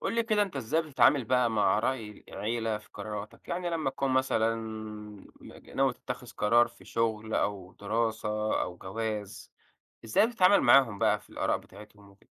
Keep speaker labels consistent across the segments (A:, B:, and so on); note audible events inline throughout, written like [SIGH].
A: قُل لي كده أنت إزاي بتتعامل بقى مع رأي العيلة في قراراتك؟ يعني لمّا تكون مثلًا ناوي تتخذ قرار في شغل أو دراسة أو جواز، إزاي بتتعامل معاهم بقى في الآراء بتاعتهم وكده؟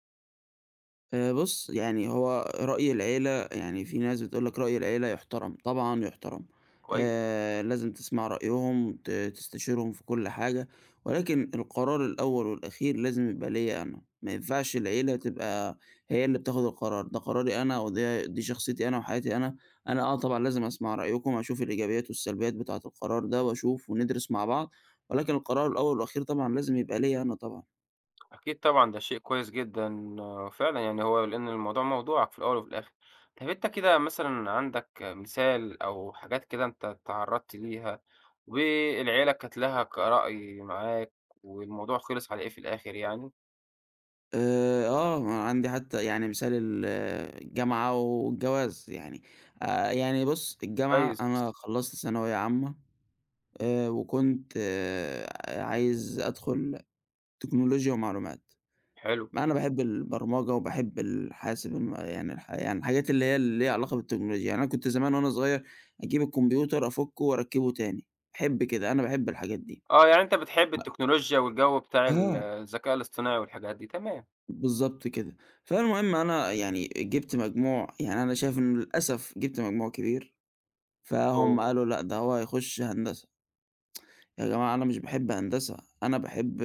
B: بُص، يعني هو رأي العيلة يعني في ناس بتقول لك رأي العيلة يُحترم، طبعًا يُحترم،
A: كويس.
B: لازم تسمع رأيهم، تستشيرهم في كل حاجة، ولكن القرار الأول والأخير لازم يبقى ليّا أنا، ما ينفعش العيلة تبقى هي اللي بتاخد القرار، ده قراري أنا وده دي شخصيتي أنا وحياتي أنا، أنا آه طبعًا لازم أسمع رأيكم، أشوف الإيجابيات والسلبيات بتاعة القرار ده وأشوف وندرس مع بعض، ولكن القرار الأول والأخير طبعًا لازم يبقى ليّا أنا طبعًا.
A: أكيد طبعًا ده شيء كويس جدًا فعلًا، يعني هو لإن الموضوع موضوعك في الأول وفي الآخر. طب أنت كده مثلًا عندك مثال أو حاجات كده أنت اتعرّضت ليها والعيلة كانت لها رأي معاك والموضوع خلص على إيه في الآخر يعني؟
B: عندي حتى يعني مثال الجامعة والجواز يعني يعني بُص، الجامعة
A: كويس.
B: أنا خلّصت ثانوية عامة وكنت عايز أدخُل تكنولوجيا ومعلومات،
A: حلو.
B: أنا باحب البرمجة وباحب الحاسب الم يعني الح يعني الحاجات اللي هي اللي ليها علاقة بالتكنولوجيا، يعني أنا كنت زمان وأنا صغير أجيب الكمبيوتر أفُكّه وأركّبه تاني، باحب كده، أنا باحب الحاجات دي.
A: آه، يعني أنت بتحب
B: ب
A: التكنولوجيا والجو بتاع ال
B: آه.
A: الذكاء الاصطناعي والحاجات دي، تمام.
B: بالضبط كده. فالمهم أنا يعني جِبت مجموع يعني أنا شايف إنه للأسف جِبت مجموع كبير، فهُم
A: أوه!
B: قالوا لأ ده هو هيخُش هندسة. يا جماعة أنا مش باحب هندسة، أنا باحب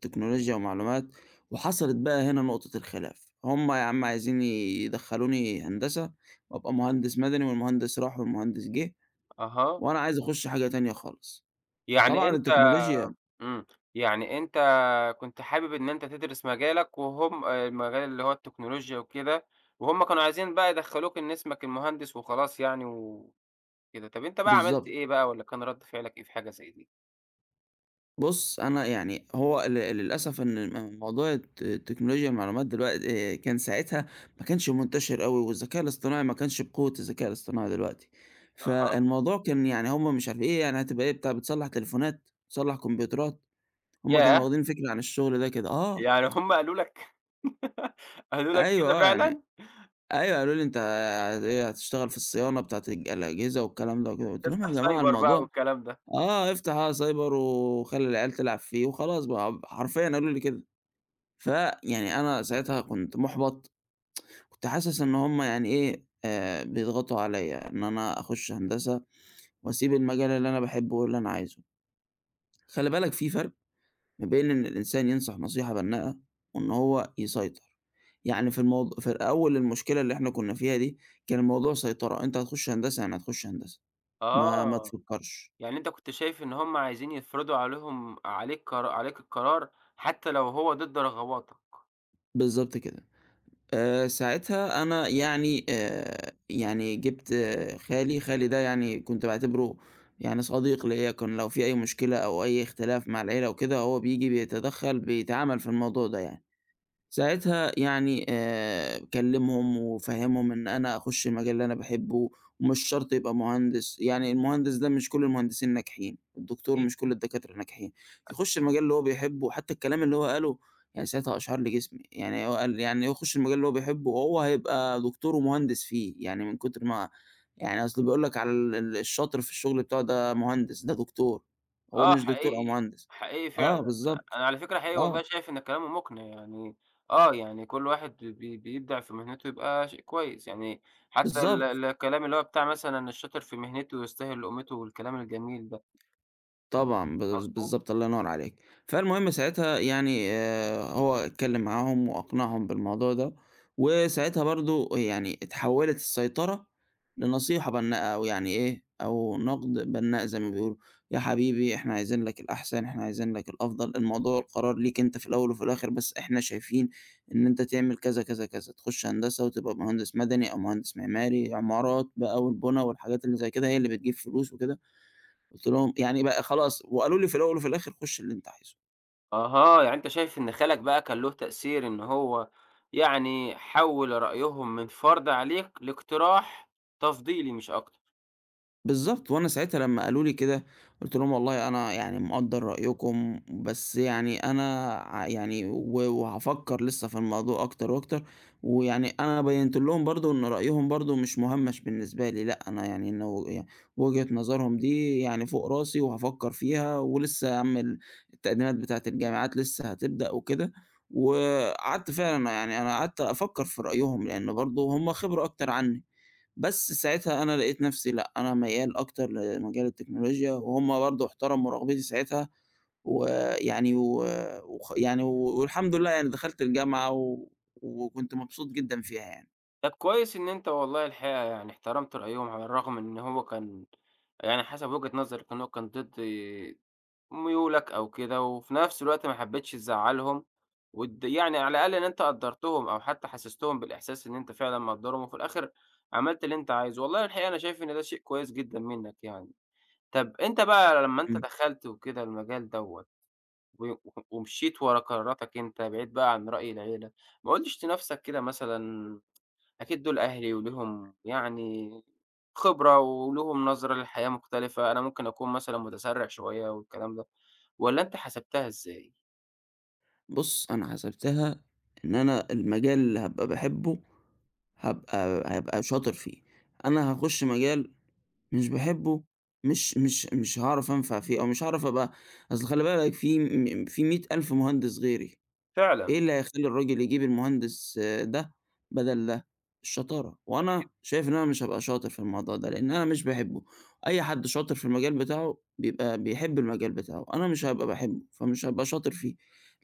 B: تكنولوجيا ومعلومات، وحصلت بقى هنا نقطة الخلاف. هُم يا عم عايزين يدخّلوني هندسة وأبقى مهندس مدني والمهندس راح والمهندس جه،
A: أها.
B: وأنا عايز أخُش حاجة تانية خالص.
A: يعني
B: طبعًا
A: أنت
B: التكنولوجيا
A: إمم، يعني أنت كنت حابب إن أنت تدرس مجالك وهم المجال اللي هو التكنولوجيا وكده، وهُم كانوا عايزين بقى يدخّلوك إن اسمك المهندس وخلاص يعني وكده. طَب أنت بقى عملت
B: بالضبط.
A: إيه بقى والّا كان رَد فعلك إيه في حاجة زي دي؟
B: بُص، أنا يعني هو ل للأسف إن م موضوع الت التكنولوجيا المعلومات دلوقت كان ساعتها ما كانش منتشر أوي والذكاء الاصطناعي ما كانش بقوة الذكاء الاصطناعي دلوقتي،
A: أها.
B: فالموضوع كان يعني هم مش عارف إيه يعني هتبقى إيه بتاع بتصلّح تليفونات، بتصلّح كمبيوترات، هم كانوا
A: ياه!
B: واخدين فكرة عن الشغل ده كده آه،
A: يعني هُم قالوا لك [LAUGHS] قالوا لك
B: أيوه
A: كده
B: آه، يعني
A: فعلًا؟
B: أيوه قالوا لي: "أنت هت إيه هتشتغل في الصيانة بتاعة الأجهزة والكلام ده وكده." قُلت لهم: "يا
A: تفتح
B: جماعة
A: سايبر بقى
B: الموضوع."
A: والكلام ده.
B: آه، افتح آه سايبر وخلّي العيال تلعب فيه وخلاص بقى، حرفيًا قالوا لي كده. فيعني أنا ساعتها كنت مُحبَط، كنت حاسس إن هُم يعني إيه، بيضغطوا عليّا إن أنا أخُش هندسة وأسيب المجال اللي أنا باحبّه واللي أنا عايزه. خلِّ بالك في فرْق ما بين إن الإنسان ينصح نصيحة بنّاءة وإن هو يسيطر. يعني في أول المشكلة اللي إحنا كُنّا فيها دي، كان الموضوع سيطرة، أنت هتخُش هندسة يعني هتخُش هندسة، ما
A: آه.
B: تفكّرش.
A: يعني أنت كنت شايف إن هم عايزين يفرضوا عليك عليك القرار حتى لو هو ضد رغباتك.
B: بالضبط كده. ساعتها أنا يعني يعني جِبت آه، خالي، ده يعني كنت باعتبره يعني صديق ليّا، كان لو في أي مشكلة أو أي اختلاف مع العيلة وكده هو بييجي بيتدخّل، بيتعامل في الموضوع ده يعني. ساعتها يعني كلّمهم وفهّمهم إن أنا أخُش المجال اللي أنا باحبه ومش شرط يبقى مهندس، يعني المهندس ده مش كل المهندسين ناجحين، الدكتور
A: أكيد.
B: مش كل الدكاترة ناجحين، يخُش المجال اللي هو بيحبه، حتى الكلام اللي هو قاله يعني ساعتها أشعر لي جسمي، يعني هو قال يعني هو يخُش المجال اللي هو بيحبه وهو هيبقى دكتور ومهندس فيه، يعني من كتر ما يعني أصل بيقول لك على ال ال الشاطر في الشغل بتاعه ده مهندس، ده دكتور، هو
A: آه،
B: مش دكتور أو
A: حقيقي،
B: مهندس.
A: حقيقي
B: آه
A: فعلًا.
B: بالضبط،
A: أنا على فكرة حقيقي والله
B: آه
A: شايف إن كلامه مقنع يعني. يعني كل واحد بيبدع في مهنته يبقى شيء كويس، يعني حتى ال
B: بالضبط.
A: الكلام اللي هو بتاع مثلًا الشاطر في مهنته يستاهل لقمته والكلام الجميل ده،
B: طبعًا،
A: مضبوط.
B: بالضبط، الله ينور عليك. فالمهم ساعتها يعني هو اتكلم معاهم وأقنعهم بالموضوع ده، وساعتها برضه يعني اتحولت السيطرة لنصيحة بنّاءة أو يعني إيه، أو نقد بنّاء زي ما بيقولوا، يا حبيبي إحنا عايزين لك الأحسن، إحنا عايزين لك الأفضل، الموضوع القرار ليك أنت في الأول وفي الآخر، بس إحنا شايفين إن أنت تعمل كذا، كذا، كذا، تخش هندسة وتبقى مهندس مدني أو مهندس معماري، عمارات بقى والبُنا والحاجات اللي زي كده، هي اللي بتجيب فلوس وكده. قُلت لهم يعني بقى خلاص وقالوا لي في الأول وفي الآخر خُش اللي أنت عايزه.
A: أها، يعني أنت شايف إن خالك بقى كان له تأثير إن هو يعني حوّل رأيهم من فرض عليك لاقتراح تفضيلي مش أكتر.
B: بالضبط، وأنا ساعتها لمّا قالوا لي كده، قُلت لهم والله أنا يعني مقدّر رأيكم، بس يعني أنا ع يعني و وهافكّر لسه في الموضوع أكتر وأكتر، ويعني أنا بيّنت لهم برضه إن رأيهم برضه مش مُهمّش بالنسبة لي، لأ أنا يعني إنه ي وجهة نظرهم دي يعني فوق راسي وهافكّر فيها، ولسه يا عم التقديمات بتاعة الجامعات لسه هتبدأ وكده، وقعدت فعلًا يعني أنا قعدت أفكّر في رأيهم، لإن برضه هُم خبرة أكتر عنّي. بس ساعتها أنا لقيت نفسي لأ، أنا ميّال أكتر لمجال التكنولوجيا، وهُم برضه احترموا رغبتي ساعتها، ويعني و وخ يعني و- والحمد لله يعني دخلت الجامعة و وكنت مبسوط جدًا فيها يعني.
A: طب كويس إن أنت والله الحقيقة يعني احترمت رأيهم على الرغم إن هو كان يعني حسب وجهة نظرك إن هو كان ضد ميولك أو كده، وفي نفس الوقت ما حبيتش تزعّلهم يعني على الأقل إن أنت قدّرتهم أو حتى حسّستهم بالإحساس إن أنت فعلًا مقدّرهم، وفي الآخر عملت اللي أنت عايزه. والله الحقيقة أنا شايف إن ده شيء كويس جدًا منّك يعني. طب أنت بقى لمّا أنت
B: إمم.
A: دخلت وكده المجال دوّة، و و ومشيت ورا قراراتك أنت بعيد بقى عن رأي العيلة، ما قُلتش لنفْسك كده مثلًا أكيد دول أهلي وليهم يعني خبرة وليهم نظرة للحياة مختلفة، أنا ممكن أكون مثلًا متسرع شوية والكلام ده، والّا أنت حسبتها إزاي؟
B: بُص، أنا حسبتها إن أنا المجال اللي هابقى باحبه هابقى هابقى شاطر فيه، أنا هاخُش مجال مش باحبه مش هاعرف أنفع فيه أو مش هاعرف أبقى أصل خلّي بالك في 100,000 مهندس غيري. إيه
A: فعلًا.
B: اللي هيخلّي الراجل يجيب المهندس آه، ده بدل ده؟ الشطارة،
A: أكيد.
B: وأنا شايف إن أنا مش هابقى شاطر في الموضوع ده، لإن أنا مش باحبه، أي حد شاطر في المجال بتاعه بيبقى بيحب المجال بتاعه، أنا مش هابقى باحبه، فمش هابقى شاطر فيه،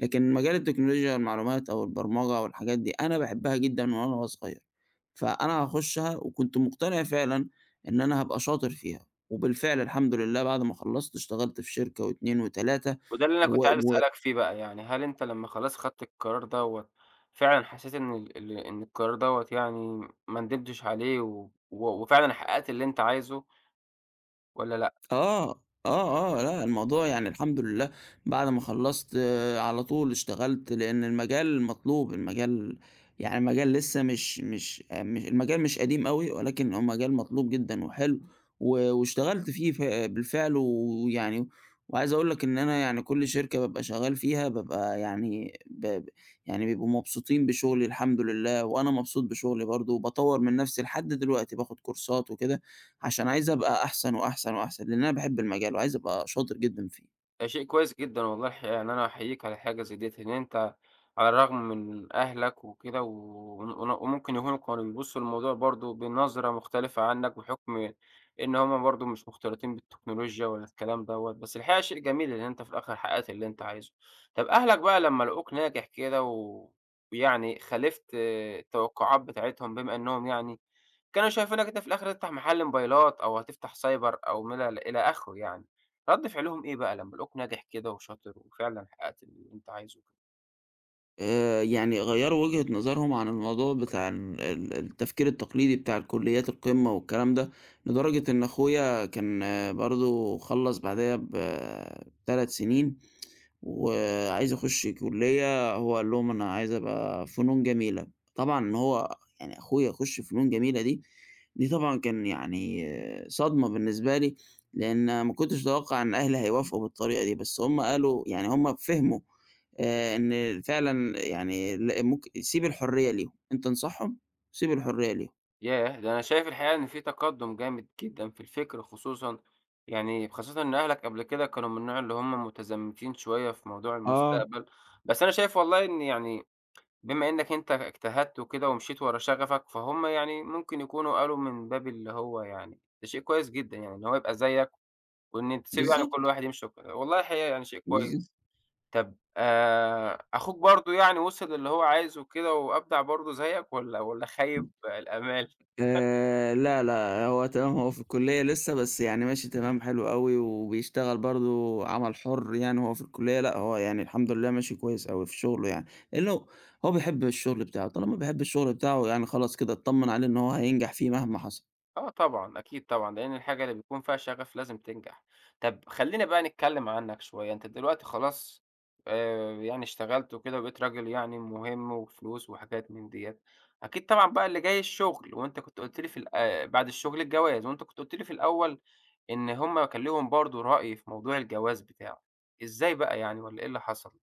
B: لكن مجال التكنولوجيا المعلومات أو البرمجة أو الحاجات دي أنا باحبها جدًا من وأنا صغير، فأنا هاخشها وكنت مقتنع فعلًا إن أنا هابقى شاطر فيها، وبالفعل الحمد لله بعد ما خلّصت اشتغلت في شركة و2 و3
A: وده اللي أنا
B: و
A: كنت عايز
B: و
A: أسألك فيه بقى، يعني هل أنت لمّا خلاص خدت القرار دوّة فعلًا حسيت إن ال ال إن القرار دوّة يعني ما ندمتش عليه و و وفعلًا حققت اللي أنت عايزه؟ والّا لأ.
B: آه، آه، آه، لأ الموضوع يعني الحمد لله بعد ما خلّصت على طول اشتغلت، لإن المجال مطلوب، المجال يعني المجال لسه مش مش م المجال مش قديم أوي، ولكن هو مجال مطلوب جدًا وحلو، و واشتغلت فيه ف آه، بالفعل ويعني وعايز أقول لك إن أنا يعني كل شركة بابقى شغال فيها بابقى يعني ب ب يعني بيبقوا مبسوطين بشغلي الحمد لله، وأنا مبسوط بشغلي برضه، وباطوّر من نفسي لحد دلوقتي، باخد كورسات وكده. عشان عايز أبقى أحسن وأحسن وأحسن، لإن أنا باحب المجال وعايز أبقى شاطر جدًا فيه.
A: ده شيء كويس جدًا والله الحقيقة، يعني أنا أحييك على حاجة زي ديّة، إن أنت على الرغم من أهلك وكده و ون وممكن يكونوا كانوا بيبصوا للموضوع برضه بنظرة مختلفة عنك، بحكم إن هُم برضه مش مختلطين بالتكنولوجيا ولا الكلام دوّة، بس الحقيقة شيء جميل إن أنت في الآخر حققت اللي أنت عايزه. طب أهلك بقى لمّا لقوك ناجح كده ويعني خالفت التوقعات بتاعتهم، بما إنهم يعني كانوا شايفينك أنت في الآخر هتفتح محل موبايلات أو هتفتح سايبر أو من إلى إلى آخره يعني. رد فعلهم إيه بقى لمّا لقوك ناجح كده وشاطر وفعلًا حققت اللي أنت عايزه وكده؟
B: يعني غيّروا وجهة نظرهم عن الموضوع بتاع ال ال التفكير التقليدي بتاع الكليات القمة والكلام ده، لدرجة إن أخويا كان برضه خلّص بعديّا ب3 سنين وعايز أخُش كُلّية هو قال لهم: "أنا عايز أبقى فنون جميلة." طبعًا إن هو يعني أخويا يخُش فنون جميلة دي، دي طبعًا كان يعني آه، صدمة بالنسبة لي، لإن ما كنتش أتوقّع إن أهلي هيوافقوا بالطريقة دي، بس هم قالوا يعني هم فهموا إن فعلًا يعني ل ممك سيب الحرية ليهم، أنت انصحهم، سيب الحرية ليهم.
A: ياه! ده أنا شايف الحقيقة إن في تقدُّم جامد جدًا في الفكر خصوصًا، يعني خاصةً إن أهلك قبل كده كانوا من النوع اللي هم متزمتين شوية في موضوع
B: آه.
A: المستقبل، بس أنا شايف والله إن يعني بما إنك أنت اجتهدت وكده ومشيت ورا شغفك، فهُم يعني ممكن يكونوا قالوا من باب اللي هو يعني ده شيء كويس جدًا يعني إن هو يبقى زيّك وإن انت تسيب يعني كل
B: بالضبط،
A: واحد يمشي وكده، والله الحقيقة يعني شيء
B: بالضبط.
A: كويس. طب أخوك برضه يعني وصل للي هو عايزه وكده وأبدع برضه زيّك والّا خيِّب الآمال؟
B: لا، لا، هو تمام هو في الكُلّية لسه، بس يعني ماشي تمام حلو أوي، وبيشتغل برضه عمل حُر يعني وهو في الكُلّية، لأ هو يعني الحمد لله ماشي كويس أوي في شُغله يعني، لإنه هو بيحب الشُغل بتاعه، طالما بيحب الشُغل بتاعه يعني خلاص كده اتطمّن عليه إن هو هينجح فيه مهما حصل.
A: آه طبعًا، أكيد طبعًا، لإن الحاجة اللي بيكون فيها شغف لازم تنجح. طب خلّينا بقى نتكلّم عنك شوية، أنت دلوقتي خلاص يعني اشتغلت وكده وبقيت راجل يعني مهم وفلوس وحاجات من ديّة، أكيد طبعًا بقى اللي جاي الشغل وأنت كنت قُلت لي في ال بعد الشغل الجواز، وأنت كنت قُلت لي في الأول إن هم كان ليهم برضه رأي في موضوع الجواز بتاعه، إزاي بقى يعني والّا إيه اللي حصل؟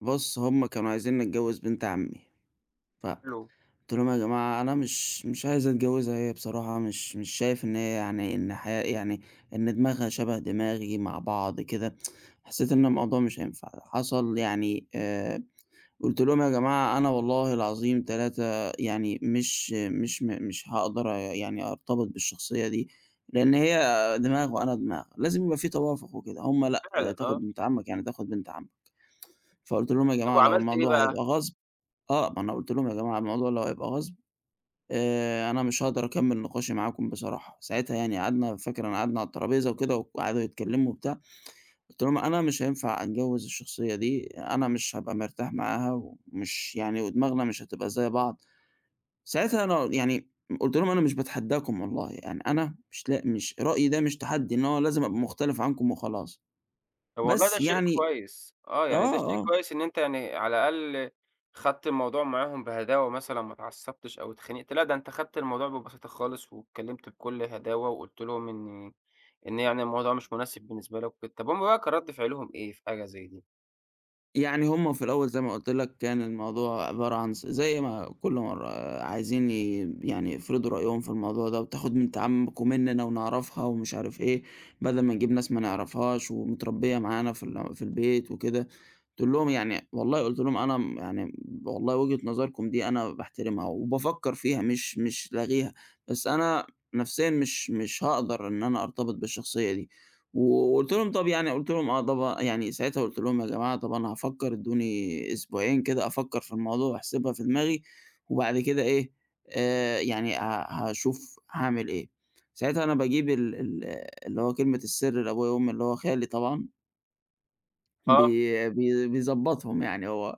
B: بُص، هم كانوا عايزينّي أتجوّز بنت عمي، ف قُلت
A: حلو.
B: لهم: "يا جماعة أنا مش عايز أتجوّزها هي بصراحة، مش مش شايف إن هي يعني إن حيا يعني إن دماغها شبه دماغي مع بعض كده." حسّيت إن الموضوع مش هينفع، حصل يعني قُلت لهم: "يا جماعة أنا والله العظيم 3 يعني مش هاقدر يعني أرتبط بالشخصية دي، لإن هي دماغ وأنا دماغ، لازم يبقى في توافق وكده." هم لأ، آه،
A: فعلًا. آه.
B: "تاخد بنت عمّك، يعني تاخد بنت عمّك." فقُلت لهم: "يا
A: طب
B: جماعة لو
A: وعملت إيه
B: الموضوع هيبقى
A: بقى؟
B: غصب." آه، ما أنا قُلت لهم: "يا جماعة الموضوع لو هيبقى غصب أنا مش هاقدر أكمّل نقاشي معاكم بصراحة، ساعتها يعني قعدنا فاكر أنا قعدنا على الترابيزة وكده وقعدوا يتكلّموا وبتاع، قُلت لهم: "أنا مش هينفع أتجوّز الشخصية دي، أنا مش هابقى مرتاح معاها ومش يعني ودماغنا مش هتبقى زي بعض." ساعتها أنا يعني قُلت لهم: "أنا مش باتحدّاكم والله، يعني أنا مش لا مش رأيي ده مش تحدّي إن هو لازم أبقى مختلف عنكم وخلاص."
A: طب والله ده
B: بس
A: شيء
B: يعني
A: كويس، آه، يعني ده شيء
B: آه، آه.
A: كويس إن أنت يعني على الأقل خدت الموضوع معاهم بهداوة مثلًا، ما اتعصبتش أو اتخانقت، لأ ده أنت خدت الموضوع ببساطة خالص، واتكلمت بكل هداوة، وقُلت لهم إن يعني الموضوع مش مناسب بالنسبة لك وكده، طب هُم بقى كان رد فعلهم إيه في حاجة زي دي؟
B: يعني هم في الأول زي ما قُلت لك كان الموضوع عبارة عن زي ما كل مرّة آه، عايزين ي يعني يفرضوا رأيهم في الموضوع ده وتاخد بنت عمكم مننا ونعرفها ومش عارف إيه، بدل ما نجيب ناس ما نعرفهاش ومتربية معانا في البيت وكده، قُلت لهم يعني والله قُلت لهم أنا م يعني والله وجهة نظركم دي أنا باحترمها وبافكّر فيها مش لاغيها، بس أنا نفسيًا مش هاقدر إن أنا أرتبط بالشخصية دي. وقُلت لهم طَب يعني قُلت لهم آه طبعًا يعني ساعتها قُلت لهم: "يا جماعة طَب أنا هافكّر ادّوني أسبوعين كده أفكّر في الموضوع وأحسبها في دماغي وبعد كده إيه، يعني ه هاشوف هاعمل إيه." ساعتها أنا باجيب ال ال اللي هو كلمة السر لأبويا وأمي اللي هو خالي طبعًا بي
A: آه،
B: بي بيضبّطهم يعني هو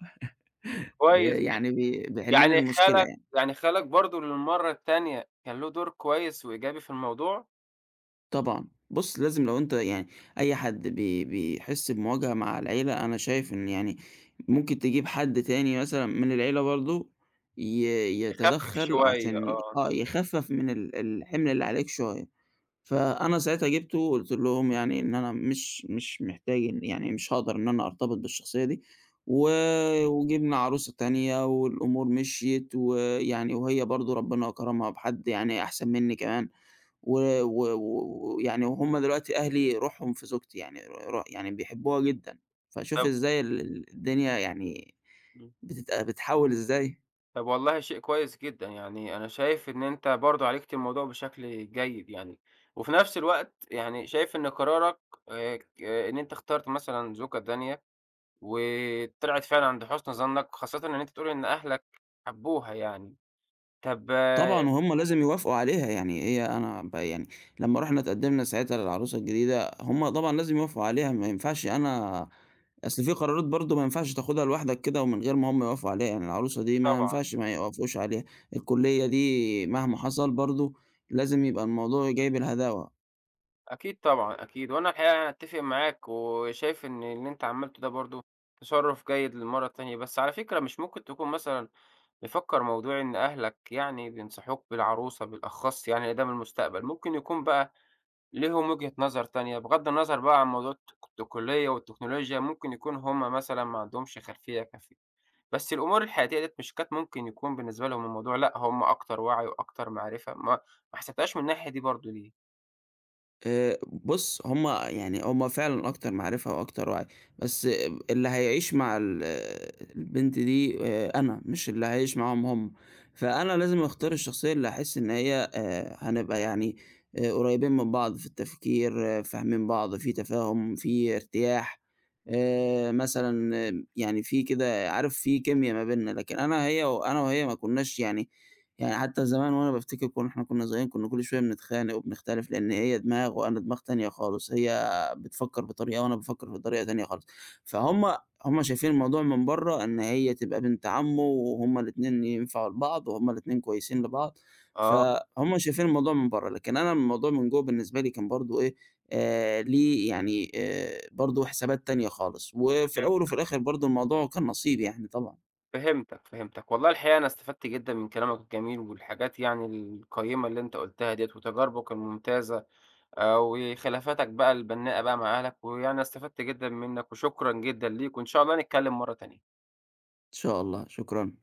B: [LAUGHS] ب
A: كويس جدًا،
B: يعني بي بيحل لي
A: يعني
B: المشكلة
A: خالك
B: يعني.
A: يعني خالك برضه للمرّة التانية كان له دور كويس وإيجابي في الموضوع؟
B: طبعًا. بُص، لازم لو أنت يعني أي حد بيحس بمواجهة مع العيلة، أنا شايف إن يعني ممكن تجيب حد تاني مثلًا من العيلة برضه ي
A: يخفف
B: يتدخّل
A: شوية
B: عشان ي
A: آه.
B: آه، يخفّف من الحِمل اللي عليك شوية. فأنا ساعتها جِبته وقُلت لهم يعني إن أنا مش محتاج إن يعني مش هاقدر إن أنا أرتبط بالشخصية دي و وجِبنا عروسة تانية والأمور مشيت ويعني وهي برضه ربنا كرمها بحد يعني أحسن منّي كمان. ويعني و و و ويعني وهُم دلوقتي أهلي روحهم في زوجتي، يعني ر ر يعني بيحبوها جدًا، فشوف
A: طب
B: إزاي ال ال الدنيا يعني
A: إمم.
B: بتتحوّل إزاي.
A: طب والله شيء كويس جدًا، يعني أنا شايف إن أنت برضه عالجت الموضوع بشكل جيد يعني، وفي نفس الوقت يعني شايف إن قرارك ك آه، إن أنت اخترت مثلًا زوجة تانية، وطلعت فعلًا عند حُسن ظنك، خاصةً إن أنت بتقول إن أهلك حبوها يعني. طب آه،
B: طبعًا وهُم لازم يوافقوا عليها، يعني هي أنا ب يعني لمّا رُحنا اتقدّمنا ساعتها للعروسة الجديدة، هُم طبعًا لازم يوافقوا عليها، ما ينفعش أنا أصل في قرارات برضه ما ينفعش تاخدها لوحدك كده ومن غير ما هُم يوافقوا عليها، يعني العروسة دي ما
A: طبعًا،
B: ينفعش ما يوافقوش عليها، الكُلّية دي مهما حصل برضه لازم يبقى الموضوع جايب الهداوة.
A: أكيد طبعًا، أكيد، وأنا الحقيقة يعني أتّفق معاك، وشايف إن اللي أنت عملته ده برضه تصرُّف جيد للمرّة التانية، بس على فكرة مش ممكن تكون مثلًا نفكر موضوع إن أهلك يعني بينصحوك بالعروسة بالأخص يعني ده من المستقبل، ممكن يكون بقى ليهم وجهة نظر تانية، بغض النظر بقى عن موضوع الكلية والتكنولوجيا، ممكن يكون هم مثلًا ما عندهمش خلفية كافية، بس الأمور الحياتية ديّة مش كانت ممكن يكون بالنسبة لهم الموضوع لأ، هم أكتر وعي وأكتر معرفة، ما حسبتهاش من الناحية دي برضه ليه؟
B: بُص، هم يعني هم فعلًا أكتر معرفة وأكتر وعي، بس اللي هيعيش مع البنت دي أنا، مش اللي هاعيش معاهم هم، فأنا لازم أختار الشخصية اللي هاحس إن هي هنبقى يعني قريبين من بعض في التفكير، آه، فاهمين بعض، في تفاهم، في ارتياح، مثلًا آه، يعني في كده عارف في كيميا ما بيننا، لكن أنا هي وأنا وهي ما كناش يعني يعني حتى زمان وأنا بافتكر كنا صغيرين كنا كل شوية بنتخانق وبنختلف لإن هي دماغ وأنا دماغ تانية خالص، هي بتفكّر بطريقة وأنا بافكّر بطريقة تانية خالص، فهُم هُم شايفين الموضوع من برّه إن هي تبقى بنت عمه وهُم الاتنين ينفعوا لبعض وهُم الاتنين كويسين لبعض،
A: آه،
B: فهُم شايفين الموضوع من برّه، لكن أنا الموضوع من جوّه بالنسبة لي كان برضه إيه، ليه يعني برضه حسابات تانية خالص، وفي الأول وفي الآخر برضه الموضوع كان نصيب يعني طبعًا.
A: فهمتك، فهمتك، والله الحقيقة أنا استفدت جدًا من كلامك الجميل والحاجات يعني القيّمة اللي أنت قُلتها ديّة وتجاربك الممتازة. وخلافاتك بقى البناءة بقى مع أهلك، ويعني أنا استفدت جدًا منّك وشكرًا جدًا ليك، وإن شاء الله نتكلّم مرّة تانية.
B: إن شاء الله، شكرًا.